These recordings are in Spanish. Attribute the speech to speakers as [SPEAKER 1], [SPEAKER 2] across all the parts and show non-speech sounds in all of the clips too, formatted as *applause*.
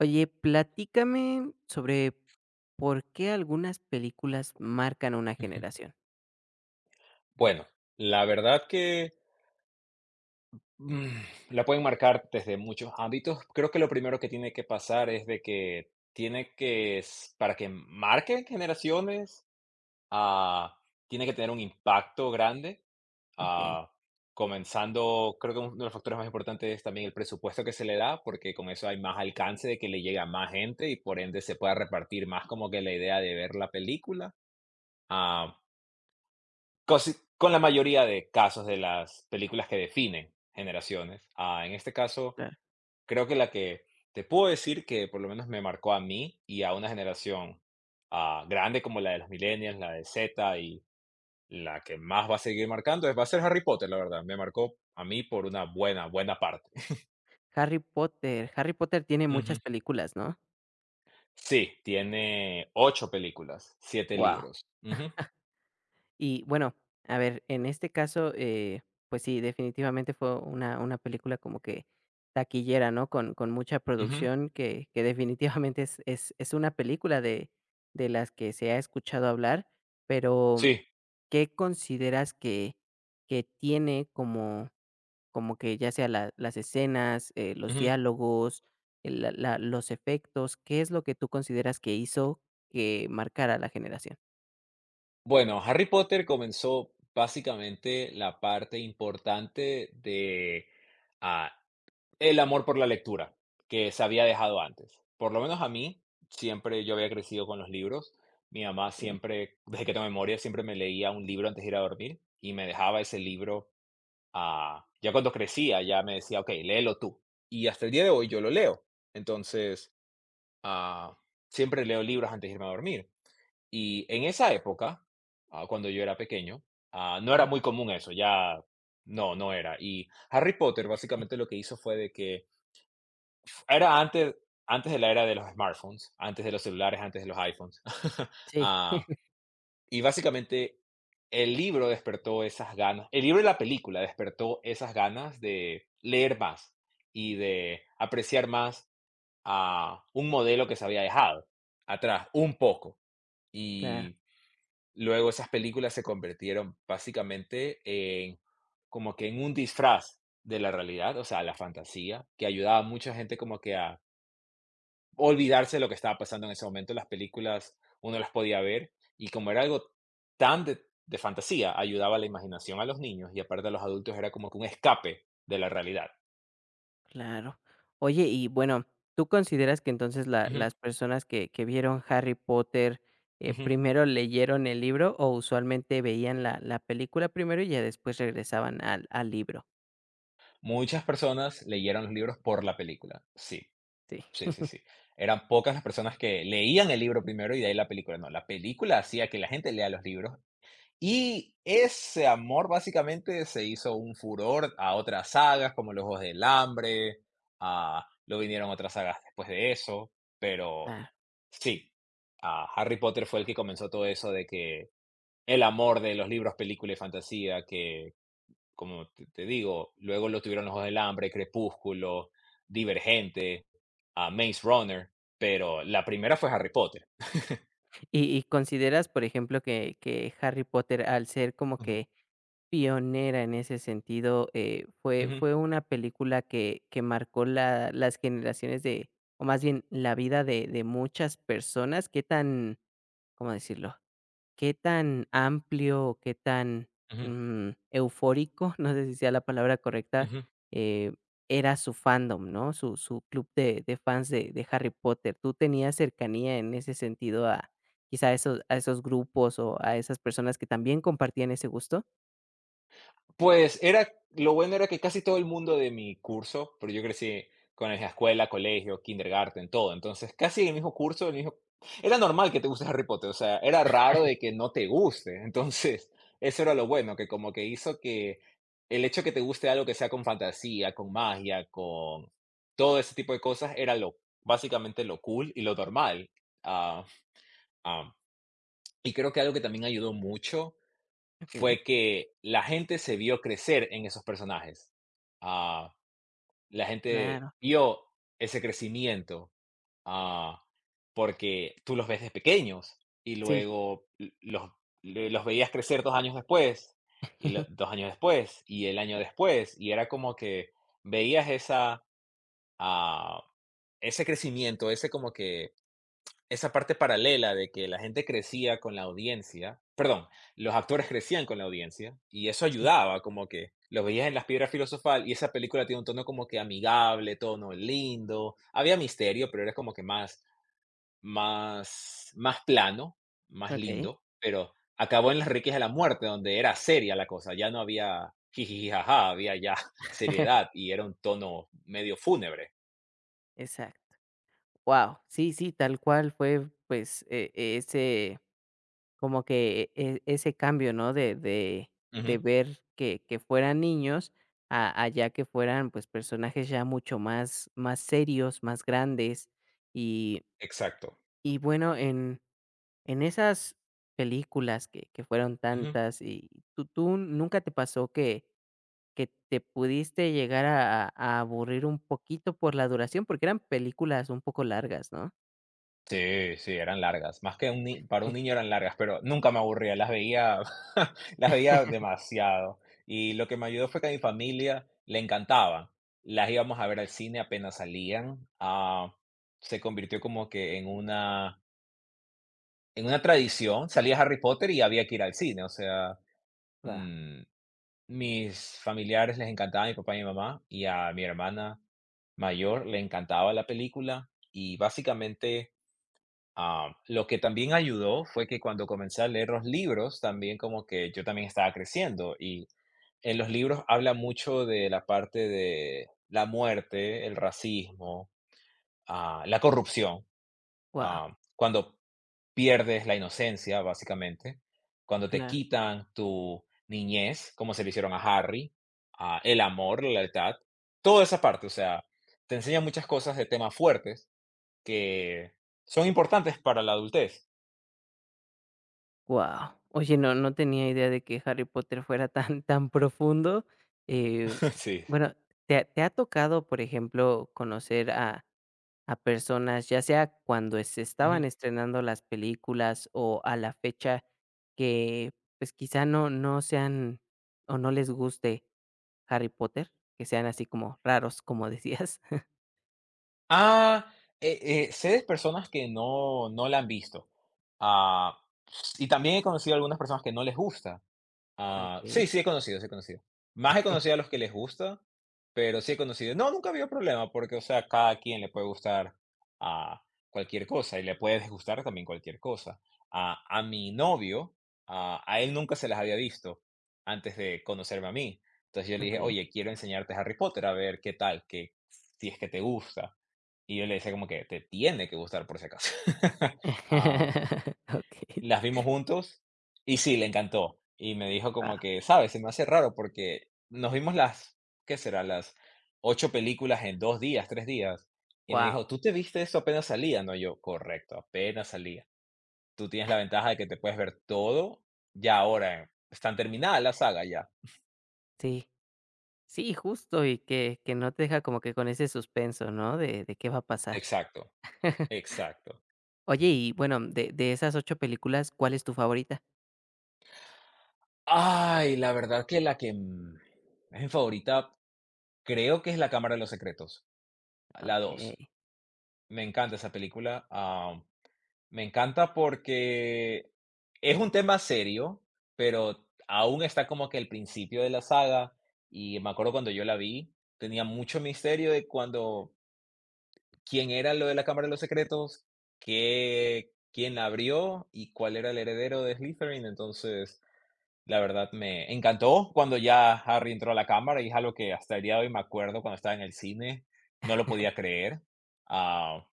[SPEAKER 1] Oye, platícame sobre por qué algunas películas marcan una
[SPEAKER 2] Ujú.
[SPEAKER 1] generación.
[SPEAKER 2] Bueno, la verdad que, mm, la pueden marcar desde muchos ámbitos. Creo que lo primero que tiene que pasar es de que tiene que s para que marquen generaciones, ah, tiene que tener un impacto grande,
[SPEAKER 1] Okey.
[SPEAKER 2] ah, comenzando, creo que uno de los factores más importantes es también el presupuesto que se le da, porque con eso hay más alcance de que le llegue a más gente y, por ende, se pueda repartir más como que la idea de ver la película. ah, Casi con la mayoría de casos de las películas que definen generaciones. En este caso,
[SPEAKER 1] Claro.
[SPEAKER 2] creo que la que te puedo decir que por lo menos me marcó a mí y a una generación grande como la de los millennials, la de Z y la que más va a seguir marcando es, va a ser Harry Potter, la verdad. Me marcó a mí por una buena, buena parte. *laughs*
[SPEAKER 1] Harry Potter. Harry Potter tiene muchas
[SPEAKER 2] Ujú.
[SPEAKER 1] películas, ¿no?
[SPEAKER 2] Sí, tiene 8 películas, siete
[SPEAKER 1] Wow.
[SPEAKER 2] libros. Ujú,
[SPEAKER 1] Y bueno, a ver, en este caso, pues sí, definitivamente fue una película como que taquillera, ¿no? Con mucha
[SPEAKER 2] ujú.
[SPEAKER 1] producción que definitivamente es una película de las que se ha escuchado hablar, pero,
[SPEAKER 2] Sí.
[SPEAKER 1] ¿qué consideras que tiene como que ya sea la las escenas, los diálogos, el la la los efectos? ¿Qué es lo que tú consideras que hizo que marcara la generación?
[SPEAKER 2] Bueno, Harry Potter comenzó básicamente la parte importante de, ah, el amor por la lectura, que se había dejado antes. Por lo menos a mí, siempre yo había crecido con los libros. Mi mamá
[SPEAKER 1] Okey,
[SPEAKER 2] siempre, *laughs* desde que tengo memoria, siempre me leía un libro antes de ir a dormir y me dejaba ese libro, ya cuando crecía, ya me decía: "Okey, léelo tú". Y hasta el día de hoy yo lo leo. Entonces, ah, siempre leo libros antes de irme a dormir. Y en esa época, cuando yo era pequeño, no era
[SPEAKER 1] bien.
[SPEAKER 2] muy común eso, ya no, no era. Y Harry Potter básicamente lo que hizo fue de que era antes, antes de la era de los smartphones, antes de los celulares, antes de los iPhones. *laughs*
[SPEAKER 1] Sí,
[SPEAKER 2] Ah,
[SPEAKER 1] *laughs*
[SPEAKER 2] y básicamente el libro despertó esas ganas, el libro y la película despertó esas ganas de leer más y de apreciar más a un modelo que se había dejado atrás, un poco.
[SPEAKER 1] claro,
[SPEAKER 2] Y luego esas películas se convirtieron básicamente en como que en un disfraz de la realidad, o sea, la fantasía, que ayudaba a mucha gente como que a olvidarse de lo que estaba pasando en ese momento. Las películas uno las podía ver y como era algo tan de fantasía, ayudaba a la imaginación a los niños y aparte a los adultos era como que un escape de la realidad.
[SPEAKER 1] claro. Oye, y bueno, ¿tú consideras que entonces la
[SPEAKER 2] Ujú,
[SPEAKER 1] las personas que vieron Harry Potter,
[SPEAKER 2] ujú.
[SPEAKER 1] primero leyeron el libro o usualmente veían la película primero y ya después regresaban al libro?
[SPEAKER 2] Muchas personas leyeron los libros por la película, sí.
[SPEAKER 1] Sí.
[SPEAKER 2] Sí, sí, sí. Eran pocas las personas que leían el libro primero y de ahí la película. No, la película hacía que la gente lea los libros. Y ese amor básicamente se hizo un furor a otras sagas como Los Ojos del Hambre, lo vinieron otras sagas después de eso, pero
[SPEAKER 1] Ah,
[SPEAKER 2] sí, a Harry Potter fue el que comenzó todo eso de que el amor de los libros, película y fantasía que, como te digo, luego lo tuvieron Los Ojos del Hambre, Crepúsculo, Divergente, a Maze Runner, pero la primera fue Harry Potter.
[SPEAKER 1] y consideras, por ejemplo, que Harry Potter, al ser como
[SPEAKER 2] Ujú,
[SPEAKER 1] que pionera en ese sentido, fue
[SPEAKER 2] ujú,
[SPEAKER 1] fue una película que marcó la las generaciones de, o más bien la vida de muchas personas? ¿Qué tan, cómo decirlo? Qué tan amplio, qué tan,
[SPEAKER 2] ujú,
[SPEAKER 1] eufórico, *laughs* no sé si sea la palabra correcta,
[SPEAKER 2] ujú.
[SPEAKER 1] eh, era su fandom, ¿no? Su club de fans de Harry Potter. ¿Tú tenías cercanía en ese sentido a quizá a esos grupos o a esas personas que también compartían ese gusto?
[SPEAKER 2] Pues era lo bueno era que casi todo el mundo de mi curso, porque yo crecí con la escuela, colegio, kindergarten, todo. Entonces, casi el mismo curso, el mismo era normal que te guste Harry Potter, o sea, era raro de que no te guste. Entonces, *laughs* eso era lo bueno, que como que hizo que el hecho que te guste algo que sea con fantasía, con magia, con todo ese tipo de cosas, era lo básicamente lo cool y lo normal. Ah, ah, y creo que algo que también ayudó mucho
[SPEAKER 1] Okey.
[SPEAKER 2] fue que la gente se vio crecer en esos personajes. Ah, la gente
[SPEAKER 1] Claro,
[SPEAKER 2] vio ese crecimiento, ah, porque tú los ves de pequeños y
[SPEAKER 1] sí,
[SPEAKER 2] luego los veías crecer 2 años después, y
[SPEAKER 1] *laughs*
[SPEAKER 2] 2 años después, y el año después, y era como que veías ah, ese crecimiento, ese como que esa parte paralela de que la gente crecía con la audiencia, perdón, los actores crecían con la audiencia y eso
[SPEAKER 1] sí,
[SPEAKER 2] ayudaba, como que los veías en las piedras filosofal y esa película tiene un tono como que amigable, tono lindo, había misterio, pero era como que más, más, más plano, más
[SPEAKER 1] okey,
[SPEAKER 2] lindo, pero acabó en Las Reliquias de la Muerte, donde era seria la cosa, ya no había jiji, jaja, había ya *laughs* seriedad y era un tono medio fúnebre.
[SPEAKER 1] exacto. Wow, sí, sí, tal cual fue, pues, ese como que ese cambio, ¿no? De
[SPEAKER 2] Ujú,
[SPEAKER 1] ver que fueran niños a ya que fueran, pues, personajes ya mucho más serios, más grandes. Y
[SPEAKER 2] exacto.
[SPEAKER 1] y bueno, en esas películas que fueron tantas, y, ¿tú nunca te pasó que te pudiste llegar a aburrir un poquito por la duración, porque eran películas un poco largas, ¿no?
[SPEAKER 2] Sí, sí, eran largas. Más que un ni para un niño eran largas, pero nunca me aburría, las veía *laughs* las veía demasiado. Y lo que me ayudó fue que a mi familia le encantaban. Las íbamos a ver al cine apenas salían, se convirtió como que en una tradición, salía Harry Potter y había que ir al cine, o sea,
[SPEAKER 1] Wow.
[SPEAKER 2] mm, mis familiares les encantaba, a mi papá y mi mamá, y a mi hermana mayor le encantaba la película, y básicamente. Lo que también ayudó fue que cuando comencé a leer los libros, también como que yo también estaba creciendo y en los libros habla mucho de la parte de la muerte, el racismo, la corrupción,
[SPEAKER 1] Guau.
[SPEAKER 2] cuando pierdes la inocencia, básicamente, cuando te
[SPEAKER 1] Claro.
[SPEAKER 2] quitan tu niñez, como se le hicieron a Harry, el amor, la lealtad, toda esa parte, o sea, te enseña muchas cosas de temas fuertes que son importantes para la adultez.
[SPEAKER 1] Wow. Oye, no tenía idea de que Harry Potter fuera tan profundo. Eh,
[SPEAKER 2] *laughs* Sí.
[SPEAKER 1] bueno, ¿te ha tocado, por ejemplo, conocer a personas, ya sea cuando se
[SPEAKER 2] Ujú.
[SPEAKER 1] estaban estrenando las películas o a la fecha que, pues, quizá no sean o no les guste Harry Potter, que sean así como raros, como decías? *laughs*
[SPEAKER 2] Ah, Sé de personas que no la han visto. Ah, y también he conocido algunas personas que no les gusta. Sí,
[SPEAKER 1] Okey,
[SPEAKER 2] sí he conocido, sí he conocido. Más he conocido a los que les gusta, pero sí he conocido. No, nunca había problema porque, o sea, cada quien le puede gustar a cualquier cosa y le puede disgustar también cualquier cosa. A mi novio, a él nunca se las había visto antes de conocerme a mí. Entonces yo le dije:
[SPEAKER 1] okey.
[SPEAKER 2] "Oye, quiero enseñarte Harry Potter, a ver qué tal, que si es que te gusta". Y yo le decía como que: "Te tiene que gustar por si acaso". *laughs* Ah,
[SPEAKER 1] Okey. *laughs*
[SPEAKER 2] las vimos juntos y sí, le encantó. Y me dijo
[SPEAKER 1] Wow.
[SPEAKER 2] como que: "¿Sabes? Se me hace raro porque nos vimos las, ¿qué será? Las 8 películas en 2 días, 3 días". Y me dijo: "¿Tú te viste eso apenas salía?". No, yo: "Correcto, apenas salía". Tú tienes la ventaja de que te puedes ver todo ya ahora, están terminadas la saga ya.
[SPEAKER 1] Sí, sí, justo, y que no te deja como que con ese suspenso, ¿no? De qué va a pasar.
[SPEAKER 2] Exacto,
[SPEAKER 1] *laughs*
[SPEAKER 2] exacto.
[SPEAKER 1] Oye, y bueno, de esas 8 películas, ¿cuál es tu favorita?
[SPEAKER 2] Ay, la verdad que la que, es mi favorita, creo que es La Cámara de los Secretos. La dos.
[SPEAKER 1] Okey.
[SPEAKER 2] Me encanta esa película, me encanta porque es un tema serio, pero aún está como que el principio de la saga, y me acuerdo cuando yo la vi, tenía mucho misterio de cuando quién era lo de la Cámara de los Secretos, qué quién la abrió y cuál era el heredero de Slytherin. Entonces, la verdad me encantó cuando ya Harry entró a la cámara, y es algo que hasta el día de hoy me acuerdo cuando estaba en el cine, no lo podía creer. Ah,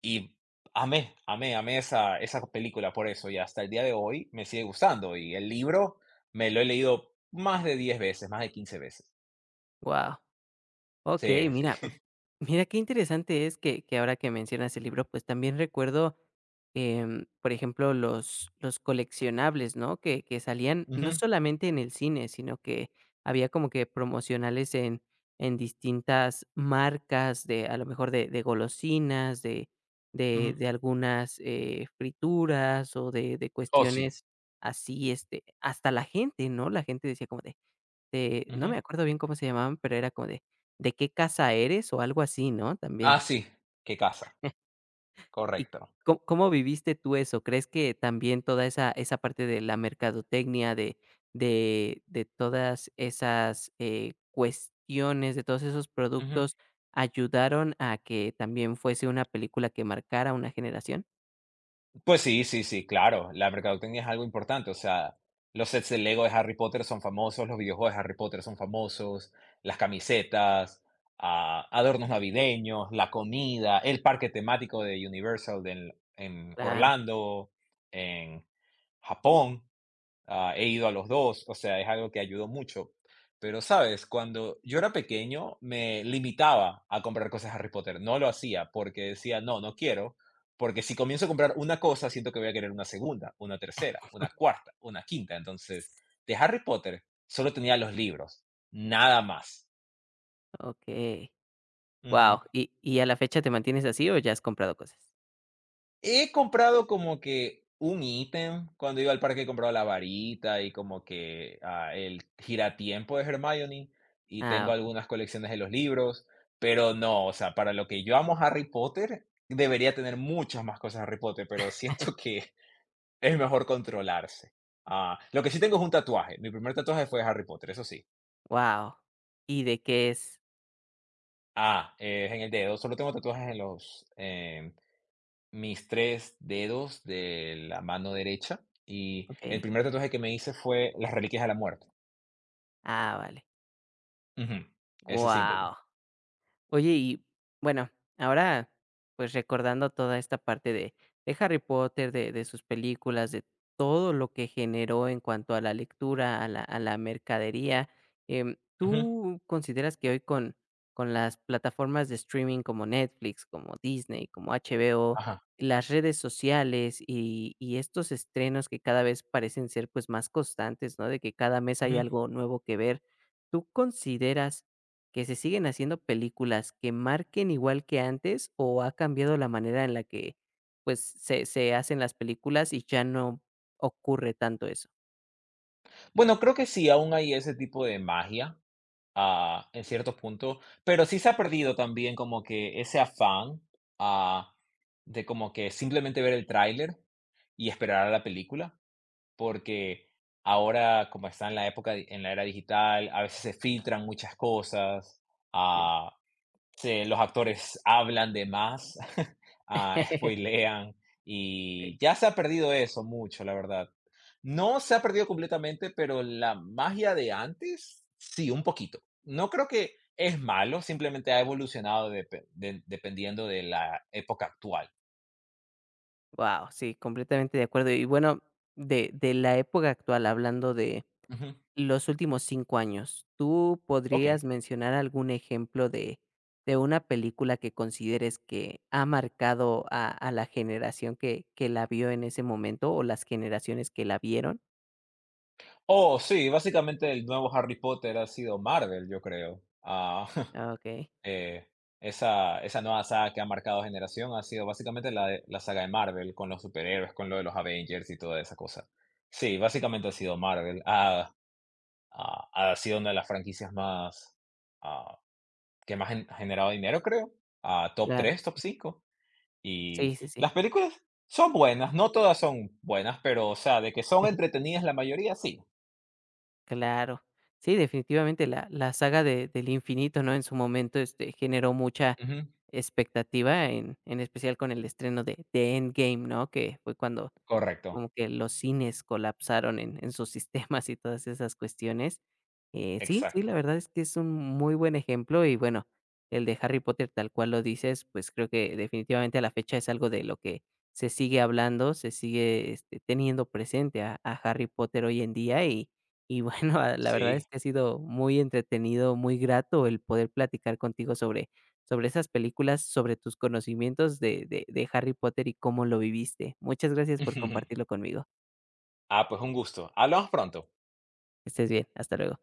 [SPEAKER 2] Y amé, amé, amé esa película por eso, y hasta el día de hoy me sigue gustando, y el libro me lo he leído más de 10 veces, más de 15 veces.
[SPEAKER 1] Wow. Okey,
[SPEAKER 2] Sí, sí.
[SPEAKER 1] mira, m
[SPEAKER 2] *laughs*
[SPEAKER 1] mira qué interesante es que ahora que mencionas el libro, pues, también recuerdo, por ejemplo, los coleccionables, ¿no? Que salían no
[SPEAKER 2] Ujú,
[SPEAKER 1] solamente en el cine, sino que había como que promocionales en distintas marcas de, a lo mejor, de golosinas, de de
[SPEAKER 2] ujú.
[SPEAKER 1] de algunas, frituras o de
[SPEAKER 2] Oh, sí.
[SPEAKER 1] cuestiones así, este, hasta la gente, ¿no? La gente decía como de: no
[SPEAKER 2] Ujú.
[SPEAKER 1] me acuerdo bien cómo se llamaban, pero era como de: "¿De qué casa eres?", o algo así, ¿no? También.
[SPEAKER 2] Sí, qué casa,
[SPEAKER 1] ¿Y
[SPEAKER 2] correcto.
[SPEAKER 1] cómo viviste tú eso? ¿Crees que también toda esa parte de la mercadotecnia, de todas esas, cuestiones, de todos esos productos, ayudaron a que también fuese una película que marcara una generación?
[SPEAKER 2] Pues sí, sí, sí, claro, la mercadotecnia es algo importante, o sea, los sets de Lego de Harry Potter son famosos, los videojuegos de Harry Potter son famosos, las camisetas, adornos navideños, la comida, el parque temático de Universal, en
[SPEAKER 1] Claro,
[SPEAKER 2] Orlando, en Japón. He ido a los dos, o sea, es algo que ayudó mucho. Pero, ¿sabes? Cuando yo era pequeño me limitaba a comprar cosas de Harry Potter. No lo hacía porque decía, no, no quiero, porque si comienzo a comprar una cosa, siento que voy a querer una segunda, una tercera, una cuarta, una quinta. Entonces, de Harry Potter solo tenía los libros, nada más.
[SPEAKER 1] okey.
[SPEAKER 2] Ujú.
[SPEAKER 1] Wow. Y a la fecha te mantienes así o ya has comprado cosas?
[SPEAKER 2] He comprado como que un ítem, cuando iba al parque he comprado la varita y como que, el giratiempo de Hermione, y
[SPEAKER 1] Ah,
[SPEAKER 2] tengo
[SPEAKER 1] okey.
[SPEAKER 2] algunas colecciones de los libros, pero no, o sea, para lo que yo amo Harry Potter, debería tener muchas más cosas de Harry Potter, pero siento que *laughs* es mejor controlarse. Lo que sí tengo es un tatuaje, mi primer tatuaje fue de Harry Potter, eso sí.
[SPEAKER 1] Guau, ¿y de qué es?
[SPEAKER 2] En el dedo, solo tengo tatuajes en los, mis 3 dedos de la mano derecha, y el
[SPEAKER 1] Okey.
[SPEAKER 2] primer tatuaje que me hice fue Las Reliquias de la Muerte.
[SPEAKER 1] Ah, vale.
[SPEAKER 2] Ujú, ese símbolo.
[SPEAKER 1] Wow. Oye, y bueno, ahora, pues recordando toda esta parte de Harry Potter, de sus películas, de todo lo que generó en cuanto a la lectura, a la mercadería,
[SPEAKER 2] Ujú,
[SPEAKER 1] ¿tú consideras que hoy con las plataformas de streaming como Netflix, como Disney, como HBO,
[SPEAKER 2] ajá.
[SPEAKER 1] las redes sociales y estos estrenos que cada vez parecen ser pues más constantes, ¿no? De que cada mes hay
[SPEAKER 2] Ujú.
[SPEAKER 1] algo nuevo que ver. ¿Tú consideras que se siguen haciendo películas que marquen igual que antes o ha cambiado la manera en la que, pues, se hacen las películas y ya no ocurre tanto eso?
[SPEAKER 2] Bueno, creo que sí, aún hay ese tipo de magia, en ciertos puntos, pero sí se ha perdido también como que ese afán, ah, de como que simplemente ver el tráiler y esperar a la película, porque ahora, como está en en la era digital, a veces se filtran muchas cosas,
[SPEAKER 1] Sí.
[SPEAKER 2] ah, sí, los actores hablan de más, *laughs*
[SPEAKER 1] *laughs*
[SPEAKER 2] spoilean
[SPEAKER 1] Sí.
[SPEAKER 2] y ya se ha perdido eso mucho, la verdad. No se ha perdido completamente, pero la magia de antes, sí, un poquito. No creo que es malo, simplemente ha evolucionado dependiendo de la época actual.
[SPEAKER 1] Wow, sí, completamente de acuerdo. Y bueno, de la época actual, hablando de
[SPEAKER 2] Ujú,
[SPEAKER 1] los últimos 5 años, ¿tú
[SPEAKER 2] ok.
[SPEAKER 1] podrías mencionar algún ejemplo de una película que consideres que ha marcado a la generación que la vio en ese momento o las generaciones que la vieron?
[SPEAKER 2] Oh, sí, básicamente el nuevo Harry Potter ha sido Marvel, yo creo. *laughs*
[SPEAKER 1] Ah, okay,
[SPEAKER 2] Eh, esa nueva saga que ha marcado generación ha sido básicamente la saga de Marvel, con los superhéroes, con lo de los Avengers y toda esa cosa. Sí, básicamente ha sido Marvel. Ha sido una de las franquicias más ah, que más ha generado dinero, creo. Top
[SPEAKER 1] claro,
[SPEAKER 2] tres,
[SPEAKER 1] sí.
[SPEAKER 2] top cinco. Y
[SPEAKER 1] Sí, sí, sí.
[SPEAKER 2] las películas son buenas, no todas son buenas, pero o sea, de que son
[SPEAKER 1] *laughs*
[SPEAKER 2] entretenidas la mayoría, sí.
[SPEAKER 1] Claro. Sí, definitivamente la saga de del Infinito, ¿no? En su momento, este, generó mucha
[SPEAKER 2] Ujú,
[SPEAKER 1] expectativa, en especial con el estreno de Endgame, ¿no? Que fue cuando
[SPEAKER 2] correcto,
[SPEAKER 1] como que los cines colapsaron en sus *laughs* sistemas y todas esas cuestiones. Sí, sí, la
[SPEAKER 2] exacto.
[SPEAKER 1] verdad es que es un muy buen ejemplo y bueno, el de Harry Potter tal cual lo dices, pues creo que definitivamente a la fecha es algo de lo que se sigue hablando, se sigue, este, teniendo presente a Harry Potter hoy en día. Y bueno, *laughs* la verdad es
[SPEAKER 2] Sí.
[SPEAKER 1] que ha sido muy entretenido, muy grato el poder platicar contigo sobre esas películas, sobre tus conocimientos de Harry Potter y cómo lo viviste. Muchas gracias por compartirlo
[SPEAKER 2] *laughs*
[SPEAKER 1] conmigo.
[SPEAKER 2] Pues un gusto. Hablamos pronto.
[SPEAKER 1] Que estés bien, hasta luego.